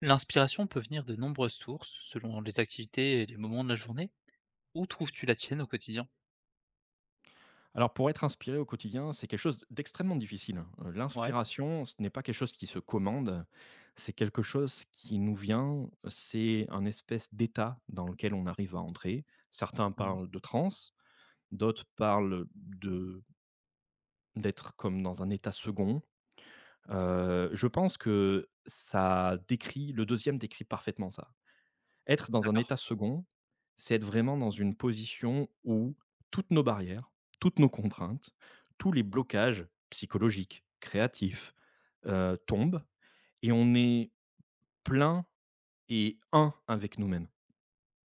L'inspiration peut venir de nombreuses sources, selon les activités et les moments de la journée. Où trouves-tu la tienne au quotidien? Alors pour être inspiré au quotidien, c'est quelque chose d'extrêmement difficile. Ouais. L'inspiration, ce n'est pas quelque chose qui se commande, c'est quelque chose qui nous vient, c'est un espèce d'état dans lequel on arrive à entrer. Certains Mmh. parlent de transe, d'autres parlent de d'être comme dans un état second. Je pense que ça décrit le deuxième décrit parfaitement ça. Être dans un D'accord. état second, c'est être vraiment dans une position où toutes nos barrières, toutes nos contraintes, tous les blocages psychologiques, créatifs, tombent et on est plein et un avec nous-mêmes.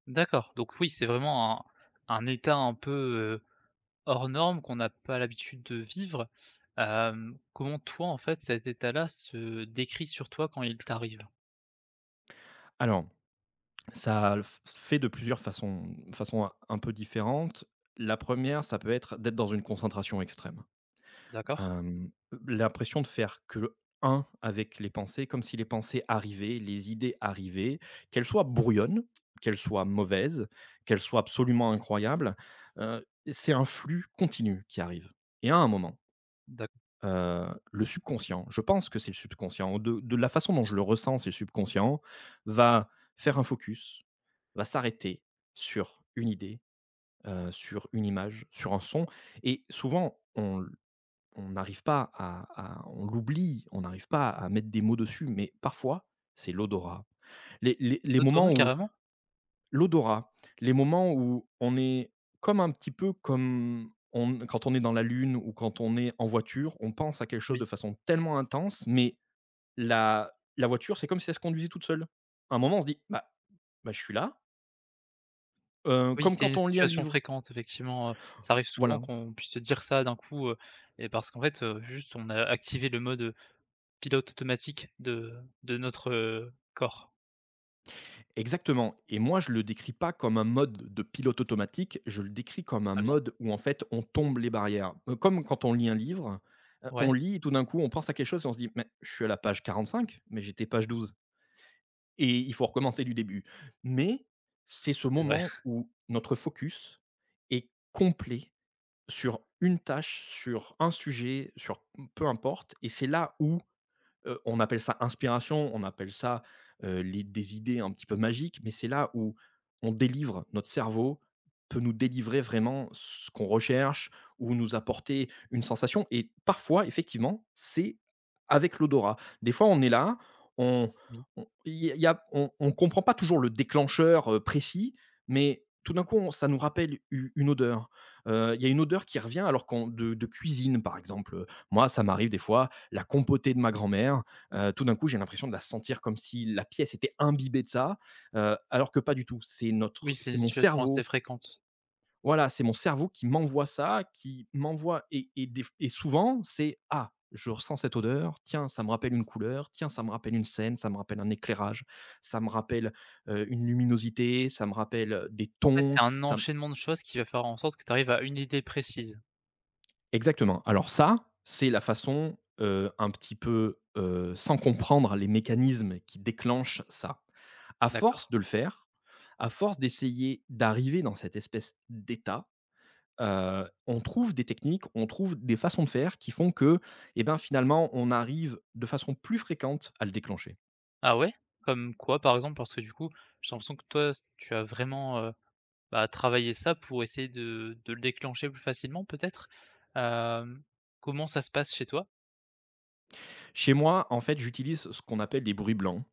D'accord. Donc oui, c'est vraiment un état un peu hors norme qu'on n'a pas l'habitude de vivre. Comment toi, en fait, cet état-là se décrit sur toi quand il t'arrive? Alors, ça f fait de plusieurs façons un peu différentes. La première, ça peut être d'être dans une concentration extrême. D'accord? Hem, L'impression de faire que un avec les pensées, comme si les pensées arrivaient, les idées arrivaient, qu'elles soient brouillonnes, qu'elles soient mauvaises, qu'elles soient absolument incroyables, c'est un flux continu qui arrive et à un moment, D'accord. heu, le subconscient, je pense que c'est le subconscient, de la façon dont je le ressens, c'est le subconscient, va faire un focus, va s'arrêter sur une idée, sur une image, sur un son et souvent on n'arrive pas à on l'oublie, on n'arrive pas à mettre des mots dessus, mais parfois, c'est l'odorat. Les L'odorat, moments où carrément? l'odorat, les moments où on est comme un petit peu comme on quand on est dans la lune ou quand on est en voiture, on pense à quelque chose Oui. de façon tellement intense, mais la voiture, c'est comme si elle se conduisait toute seule. À un moment, on se dit: «Bah bah, je suis là», Oui, comme c'est une quand on lit un situation livre. fréquente, effectivement. Ça arrive souvent Voilà. qu'on puisse se dire ça d'un coup, et parce qu'en fait, juste on a activé le mode pilote automatique de notre, corps. Exactement, et moi je le décris pas comme un mode de pilote automatique, je le décris comme un Très bien. mode où en fait on tombe les barrières. Comme quand on lit un livre, Ouais, on lit et tout d'un coup on pense à quelque chose et on se dit: «Mais je suis à la page 45, mais j'étais page 12, et il faut recommencer du début.» Mais c'est ce c'est vrai. moment où notre focus est complet sur une tâche, sur un sujet, sur, peu importe, et c'est là où on appelle ça inspiration, on appelle ça, les des idées un petit peu magiques, mais c'est là où on délivre notre cerveau peut nous délivrer vraiment ce qu'on recherche ou nous apporter une sensation et parfois effectivement, c'est avec l'odorat. Des fois, on est là, on Oui. on il y a y a on comprend pas toujours le déclencheur, précis, mais tout d'un coup, on ça nous rappelle u une odeur. Il y a une odeur qui revient alors qu'on de cuisine, par exemple, moi, ça m'arrive des fois, la compotée de ma grand-mère. Tout d'un coup, j'ai l'impression de la sentir comme si la pièce était imbibée de ça, alors que pas du tout. C'est Oui, notre, c'est c'est une mon situation assez cerveau. fréquente. Voilà, c'est mon cerveau qui m'envoie ça, qui m'envoie et souvent c'est ah. Je ressens cette odeur, tiens, ça me rappelle une couleur, tiens, ça me rappelle une scène, ça me rappelle un éclairage, ça me rappelle une luminosité, ça me rappelle des En fait, tons, c'est un ça. enchaînement de choses qui va faire en sorte que tu arrives à une idée précise. Exactement. Alors ça, c'est la façon, un petit peu, sans comprendre les mécanismes qui déclenchent ça. À D'accord. force de le faire, à force d'essayer d'arriver dans cette espèce d'état, on trouve des techniques, on trouve des façons de faire qui font que, eh ben, finalement, on arrive de façon plus fréquente à le déclencher. Ah ouais? Comme quoi, par exemple? Parce que du coup, j'ai l'impression que toi, s tu as vraiment, bah, travaillé ça pour essayer de le déclencher plus facilement peut-être? Hem, Comment ça se passe chez toi? Chez moi, en fait, j'utilise ce qu'on appelle des bruits blancs.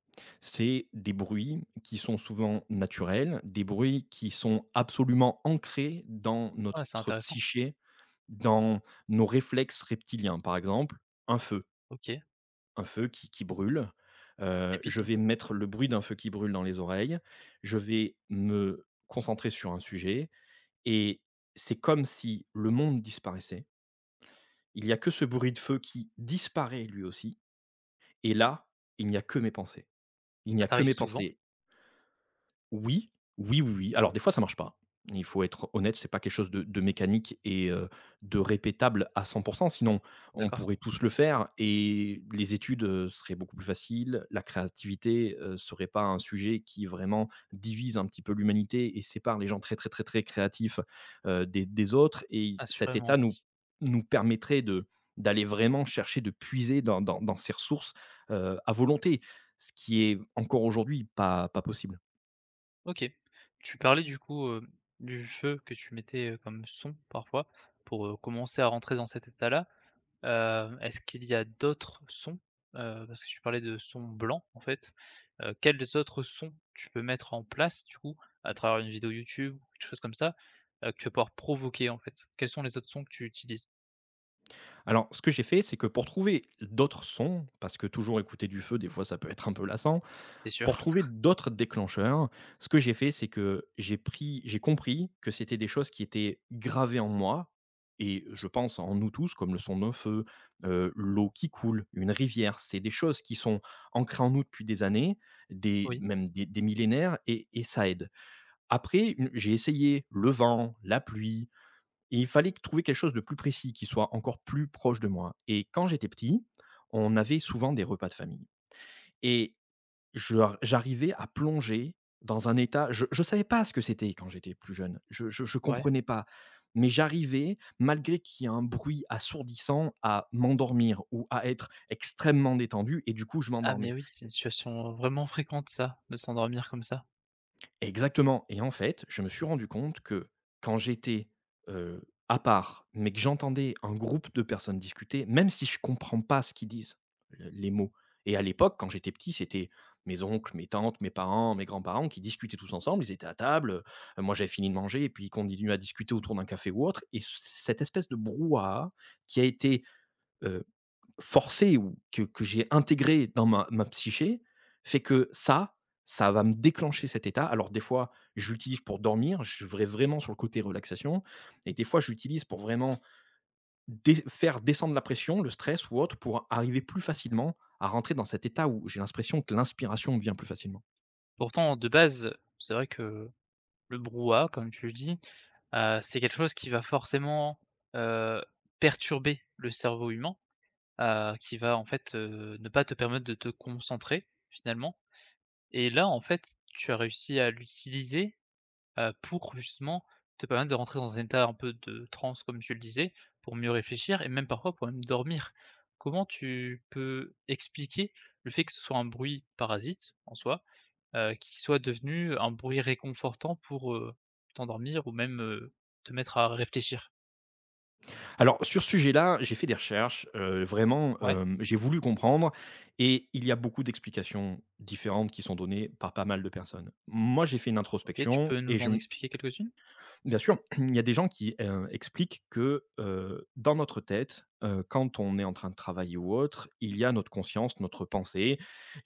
C'est des bruits qui sont souvent naturels, des bruits qui sont absolument ancrés dans Ah, c'est notre intéressant. psyché, dans nos réflexes reptiliens. Par exemple, un feu, OK. un feu qui brûle. Pépite Je un vais peu. mettre le bruit d'un feu qui brûle dans les oreilles. Je vais me concentrer sur un sujet et c'est comme si le monde disparaissait. Il n'y a que ce bruit de feu qui disparaît lui aussi. Et là, il n'y a que mes pensées. Il n'y Ça a que t'arrive mes souvent? pensées, oui, oui, oui, oui. Alors des fois ça marche pas. Il faut être honnête, c'est pas quelque chose de mécanique et de répétable à 100%. Sinon on D'accord. pourrait tous le faire et les études, seraient beaucoup plus faciles. La créativité, serait pas un sujet qui vraiment divise un petit peu l'humanité et sépare les gens très, très, très, très créatifs, des autres, et cet Assurément, état nous oui. nous permettrait de d'aller vraiment chercher de puiser dans ces ressources, à volonté, ce qui est encore aujourd'hui pas possible. OK. Tu parlais du coup, du feu que tu mettais, comme son parfois pour, commencer à rentrer dans cet état-là. Est-ce qu'il y a d'autres sons? Parce que tu parlais de sons blancs en fait. Quels autres sons tu peux mettre en place du coup, à travers une vidéo YouTube ou quelque chose comme ça, que tu vas pouvoir provoquer en fait? Quels sont les autres sons que tu utilises? Alors, ce que j'ai fait, c'est que pour trouver d'autres sons, parce que toujours écouter du feu, des fois, ça peut être un peu lassant. C'est sûr? Pour trouver d'autres déclencheurs, ce que j'ai fait, c'est que j'ai compris que c'était des choses qui étaient gravées en moi et je pense en nous tous, comme le son d'un feu, l'eau qui coule, une rivière. C'est des choses qui sont ancrées en nous depuis des années, des Oui, même des millénaires, et ça aide. Après, une j'ai essayé le vent, la pluie, et il fallait trouver quelque chose de plus précis, qui soit encore plus proche de moi. Et quand j'étais petit, on avait souvent des repas de famille et je j'arrivais à plonger dans un état je savais pas ce que c'était quand j'étais plus jeune. Je ouais. comprenais pas, mais j'arrivais, malgré qu'il y ait un bruit assourdissant, à m'endormir ou à être extrêmement détendu et du coup, je Ah mais m'endormais. oui, c'est une situation, vraiment fréquente ça, de s'endormir comme ça. Exactement, et en fait, je me suis rendu compte que quand j'étais, heu, à part, mais que j'entendais un groupe de personnes discuter, même si je comprends pas ce qu'ils disent, le les mots. Et à l'époque, quand j'étais petit, c'était mes oncles, mes tantes, mes parents, mes grands-parents qui discutaient tous ensemble. Ils étaient à table, moi j'avais fini de manger et puis ils continuaient à discuter autour d'un café ou autre, et c cette espèce de brouhaha qui a été forcé ou que j'ai intégré dans ma psyché fait que ça va me déclencher cet état. Alors des fois, je l'utilise pour dormir, je vais vraiment sur le côté relaxation, et des fois, je l'utilise pour vraiment faire descendre la pression, le stress ou autre, pour arriver plus facilement à rentrer dans cet état où j'ai l'impression que l'inspiration me vient plus facilement. Pourtant de base, c'est vrai que le brouhaha, comme tu le dis, c'est quelque chose qui va forcément, heu, perturber le cerveau humain, qui va en fait, ne pas te permettre de te concentrer finalement et là, en fait, tu as réussi à l'utiliser, pour justement te permettre de rentrer dans un état un peu de transe comme tu le disais, pour mieux réfléchir et même parfois pour même dormir. Comment tu peux expliquer le fait que ce soit un bruit parasite en soi, qui soit devenu un bruit réconfortant pour, t'endormir ou même, te mettre à réfléchir. Alors, sur ce sujet-là, j'ai fait des recherches, vraiment, Ouais, j'ai voulu comprendre, et il y a beaucoup d'explications différentes qui sont données par pas mal de personnes. Moi, j'ai fait une OK, tu introspection peux et nous je. en expliquer quelques-unes? Bien sûr, il y a des gens qui, expliquent que, dans notre tête, quand on est en train de travailler ou autre, il y a notre conscience, notre pensée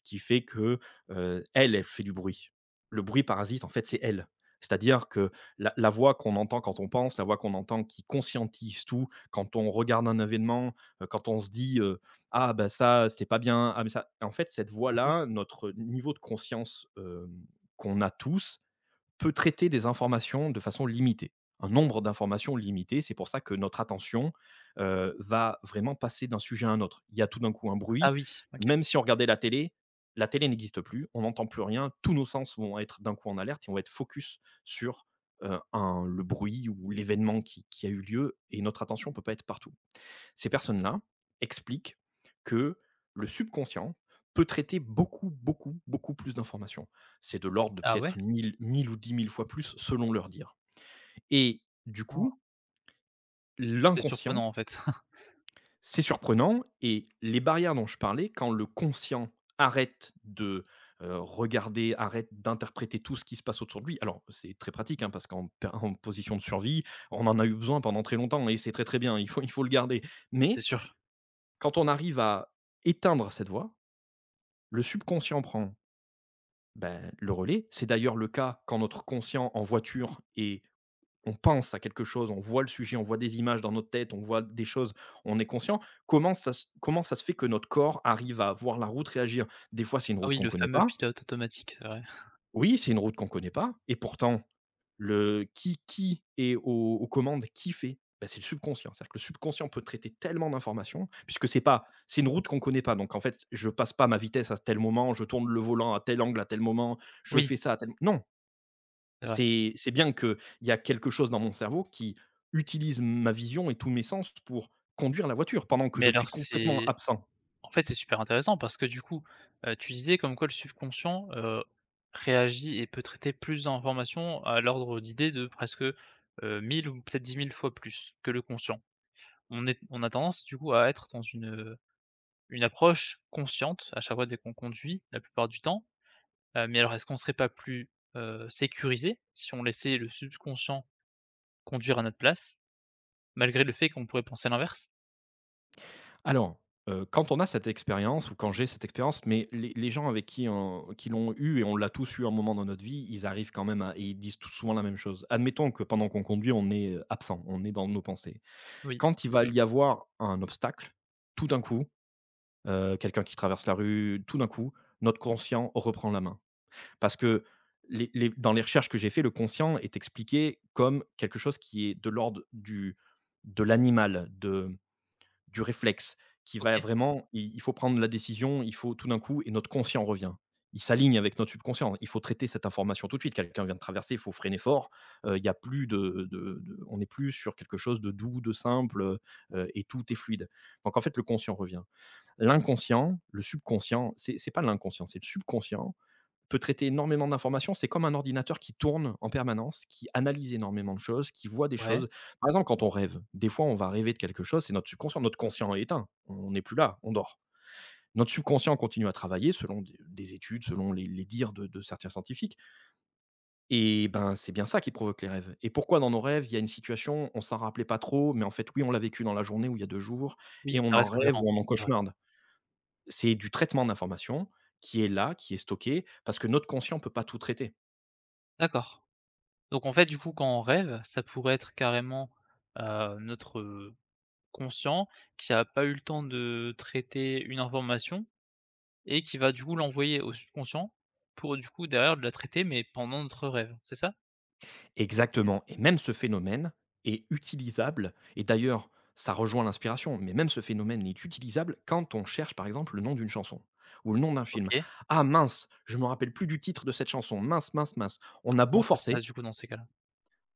qui fait que, elle, elle fait du bruit. Le bruit parasite, en fait, c'est elle. C'est-à-dire que la voix qu'on entend quand on pense, la voix qu'on entend qui conscientise tout, quand on regarde un événement, quand on se dit, «Ah bah ça, c'est pas bien, ah mais ça», en fait, cette D'accord. voix-là, notre niveau de conscience, qu'on a tous, peut traiter des informations de façon limitée, un nombre d'informations limité. C'est pour ça que notre attention, va vraiment passer d'un sujet à un autre. Il y a tout d'un coup un Ah bruit, oui, OK. même si on regardait la télé n'existe plus, on n'entend plus rien, tous nos sens vont être d'un coup en alerte et on va être focus sur, un le bruit ou l'événement qui a eu lieu, et notre attention ne peut pas être partout. Ces personnes-là expliquent que le subconscient peut traiter beaucoup, beaucoup, beaucoup plus d'informations. C'est de l'ordre de Ah ouais? peut-être 1 000, 1 000 ou 10 000 fois plus selon leur dire. Et du Waouh, coup, c'est surprenant, l'inconscient, en fait. c'est surprenant, et les barrières dont je parlais, quand le conscient arrête de regarder, arrête d'interpréter tout ce qui se passe autour de lui, alors c'est très pratique hein, parce qu'en en position de survie, on en a eu besoin pendant très longtemps et c'est très très bien, il faut le garder. Oui, c'est Mais sûr. quand on arrive à éteindre cette voix, le subconscient prend, ben, le relais. C'est d'ailleurs le cas quand notre conscient en voiture et on pense à quelque chose, on voit le sujet, on voit des images dans notre tête, on voit des choses, on est conscient. Comment ça se fait que notre corps arrive à voir la route, réagir? Des fois, c'est une Ah route oui, qu'on le connaît fameux pas. pilote automatique, c'est vrai. Oui, c'est une route qu'on connaît pas et pourtant. Le qui est aux commandes, qui fait? Ben c'est le subconscient. C'est-à-dire que le subconscient peut traiter tellement d'informations puisque c'est pas c'est une route qu'on connaît pas, donc en fait, je passe pas ma vitesse à tel moment, je tourne le volant à tel angle à tel moment, je Oui, fais ça à tel, non, c'est vrai. c'est bien que il y a quelque chose dans mon cerveau qui utilise ma vision et tous mes sens pour conduire la voiture pendant que Mais je suis alors complètement c'est absent. En fait, c'est super intéressant parce que du coup, tu disais comme quoi le subconscient, réagit et peut traiter plus d'informations à l'ordre d'idées de presque, 1000 ou peut-être 10 000 fois plus que le conscient. On a tendance du coup à être dans une approche consciente à chaque fois dès qu'on conduit, la plupart du temps. Mais alors est-ce qu'on serait pas plus, sécurisé si on laissait le subconscient conduire à notre place, malgré le fait qu'on pourrait penser l'inverse? Alors, quand on a cette expérience, ou quand j'ai cette expérience, mais les gens avec qui l'ont eu, et on l'a tous eu à un moment dans notre vie, ils arrivent quand même à, et ils disent tous souvent la même chose. Admettons que pendant qu'on conduit, on est, absent, on est dans nos pensées. Oui, Quand il va y avoir un obstacle, tout d'un coup, quelqu'un qui traverse la rue, tout d'un coup, notre conscient reprend la main. Parce que les dans les recherches que j'ai fait, le conscient est expliqué comme quelque chose qui est de l'ordre du, de l'animal, de du réflexe, qui va OK, vraiment, il faut prendre la décision, il faut tout d'un coup, et notre conscient revient. Il s'aligne avec notre subconscient. Il faut traiter cette information tout de suite. Quelqu'un vient de traverser, il faut freiner fort. Il y a plus de on est plus sur quelque chose de doux, de simple, et tout est fluide. Donc en fait, le conscient revient. L'inconscient, le subconscient, c'est pas l'inconscient, c'est le subconscient peut traiter énormément d'informations. C'est comme un ordinateur qui tourne en permanence, qui analyse énormément de choses, qui voit des ouais, choses. Par exemple, quand on rêve, des fois, on va rêver de quelque chose, c'est notre subconscient. Notre conscient est éteint, on n'est plus là, on dort. Notre subconscient continue à travailler selon des études, selon les dires de certains scientifiques. Et ben, c'est bien ça qui provoque les rêves. Et pourquoi dans nos rêves, il y a une situation, on s'en rappelait pas trop, mais en fait, oui, on l'a vécu dans la journée ou il y a deux jours, oui, et on ça en reste rêve cohérent, ou on en c'est vrai. cauchemarde. C'est du traitement d'informations qui est là, qui est stocké, parce que notre conscient peut pas tout traiter. D'accord. Donc en fait, du coup, quand on rêve, ça pourrait être carrément, notre, conscient qui n'a pas eu le temps de traiter une information et qui va du coup l'envoyer au subconscient pour du coup derrière la traiter, mais pendant notre rêve, c'est ça? Exactement, et même ce phénomène est utilisable, et d'ailleurs ça rejoint l'inspiration, mais même ce phénomène est utilisable quand on cherche par exemple le nom d'une chanson ou le nom d'un film. OK. «Ah mince, je me rappelle plus du titre de cette chanson, mince, mince, mince». On a Comment beau ça se passe forcer, du coup dans ces cas-là?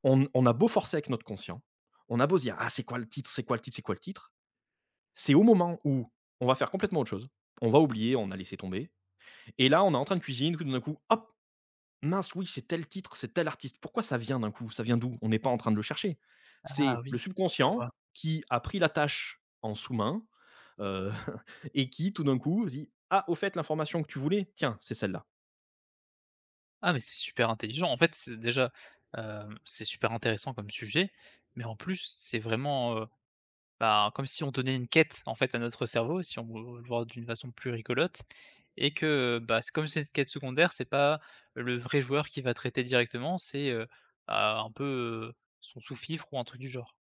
on a beau forcer avec notre conscient, on a beau se dire: «Ah c'est quoi le titre? C'est quoi le titre? C'est quoi le titre?» C'est au moment où on va faire complètement autre chose, on va oublier, on a laissé tomber, et là on est en train de cuisine, tout d'un coup hop! Mince, oui, c'est tel titre, c'est tel artiste. Pourquoi ça vient d'un coup? Ça vient d'où? On n'est pas en train de le chercher. Ah C'est oui, le je vois. subconscient qui a pris la tâche en sous-main, heu, et qui tout d'un coup dit: «Ah, au fait, l'information que tu voulais, tiens, c'est celle-là». Ah mais c'est super intelligent. En fait, c'est déjà, c'est super intéressant comme sujet, mais en plus, c'est vraiment, bah, comme si on donnait une quête en fait à notre cerveau, si on veut le voir d'une façon plus rigolote et que, bah, c'est une quête secondaire, c'est pas le vrai joueur qui va traiter directement, c'est, bah, un peu, son sous-fifre ou un truc du genre.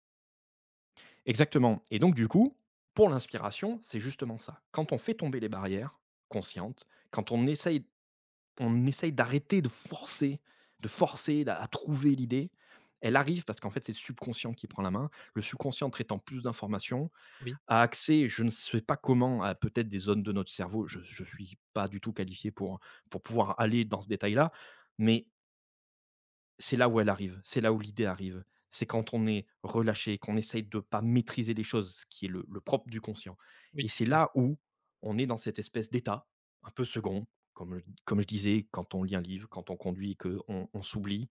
Exactement, et donc du coup, pour l'inspiration, c'est justement ça. Quand on fait tomber les barrières conscientes, quand on essaye, d'arrêter de forcer, à trouver l'idée, elle arrive parce qu'en fait, c'est le subconscient qui prend la main. Le subconscient traitant plus d'informations Oui, a accès, je ne sais pas comment, à peut-être des zones de notre cerveau. Je suis pas du tout qualifié pour pouvoir aller dans ce détail-là, mais c'est là où elle arrive, c'est là où l'idée arrive. C'est quand on est relâché, qu'on essaye de ne pas maîtriser les choses, ce qui est le propre du conscient. oui, Et c'est c'est clair. là où on est dans cette espèce d'état, un peu second, comme je disais, quand on lit un livre, quand on conduit et qu'on on s'oublie,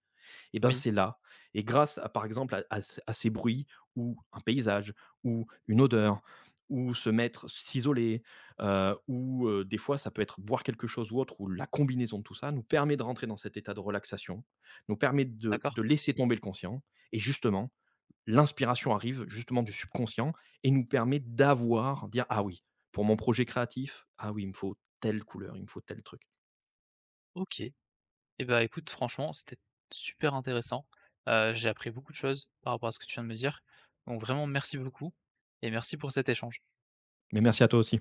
et ben, Oui. c'est là. Et grâce à, par exemple, à à ces bruits, ou un paysage, ou une odeur, ou se mettre, s'isoler, ou des fois ça peut être boire quelque chose ou autre, ou la combinaison de tout ça nous permet de rentrer dans cet état de relaxation, nous permet D'accord, de laisser tomber le conscient, et justement, l'inspiration arrive justement du subconscient et nous permet d'avoir, dire, ah oui, pour mon projet créatif, ah oui, il me faut telle couleur, il me faut tel truc. OK et ben, écoute franchement, c'était super intéressant. J'ai appris beaucoup de choses par rapport à ce que tu viens de me dire. Donc vraiment merci beaucoup et merci pour cet échange. Mais merci à toi aussi.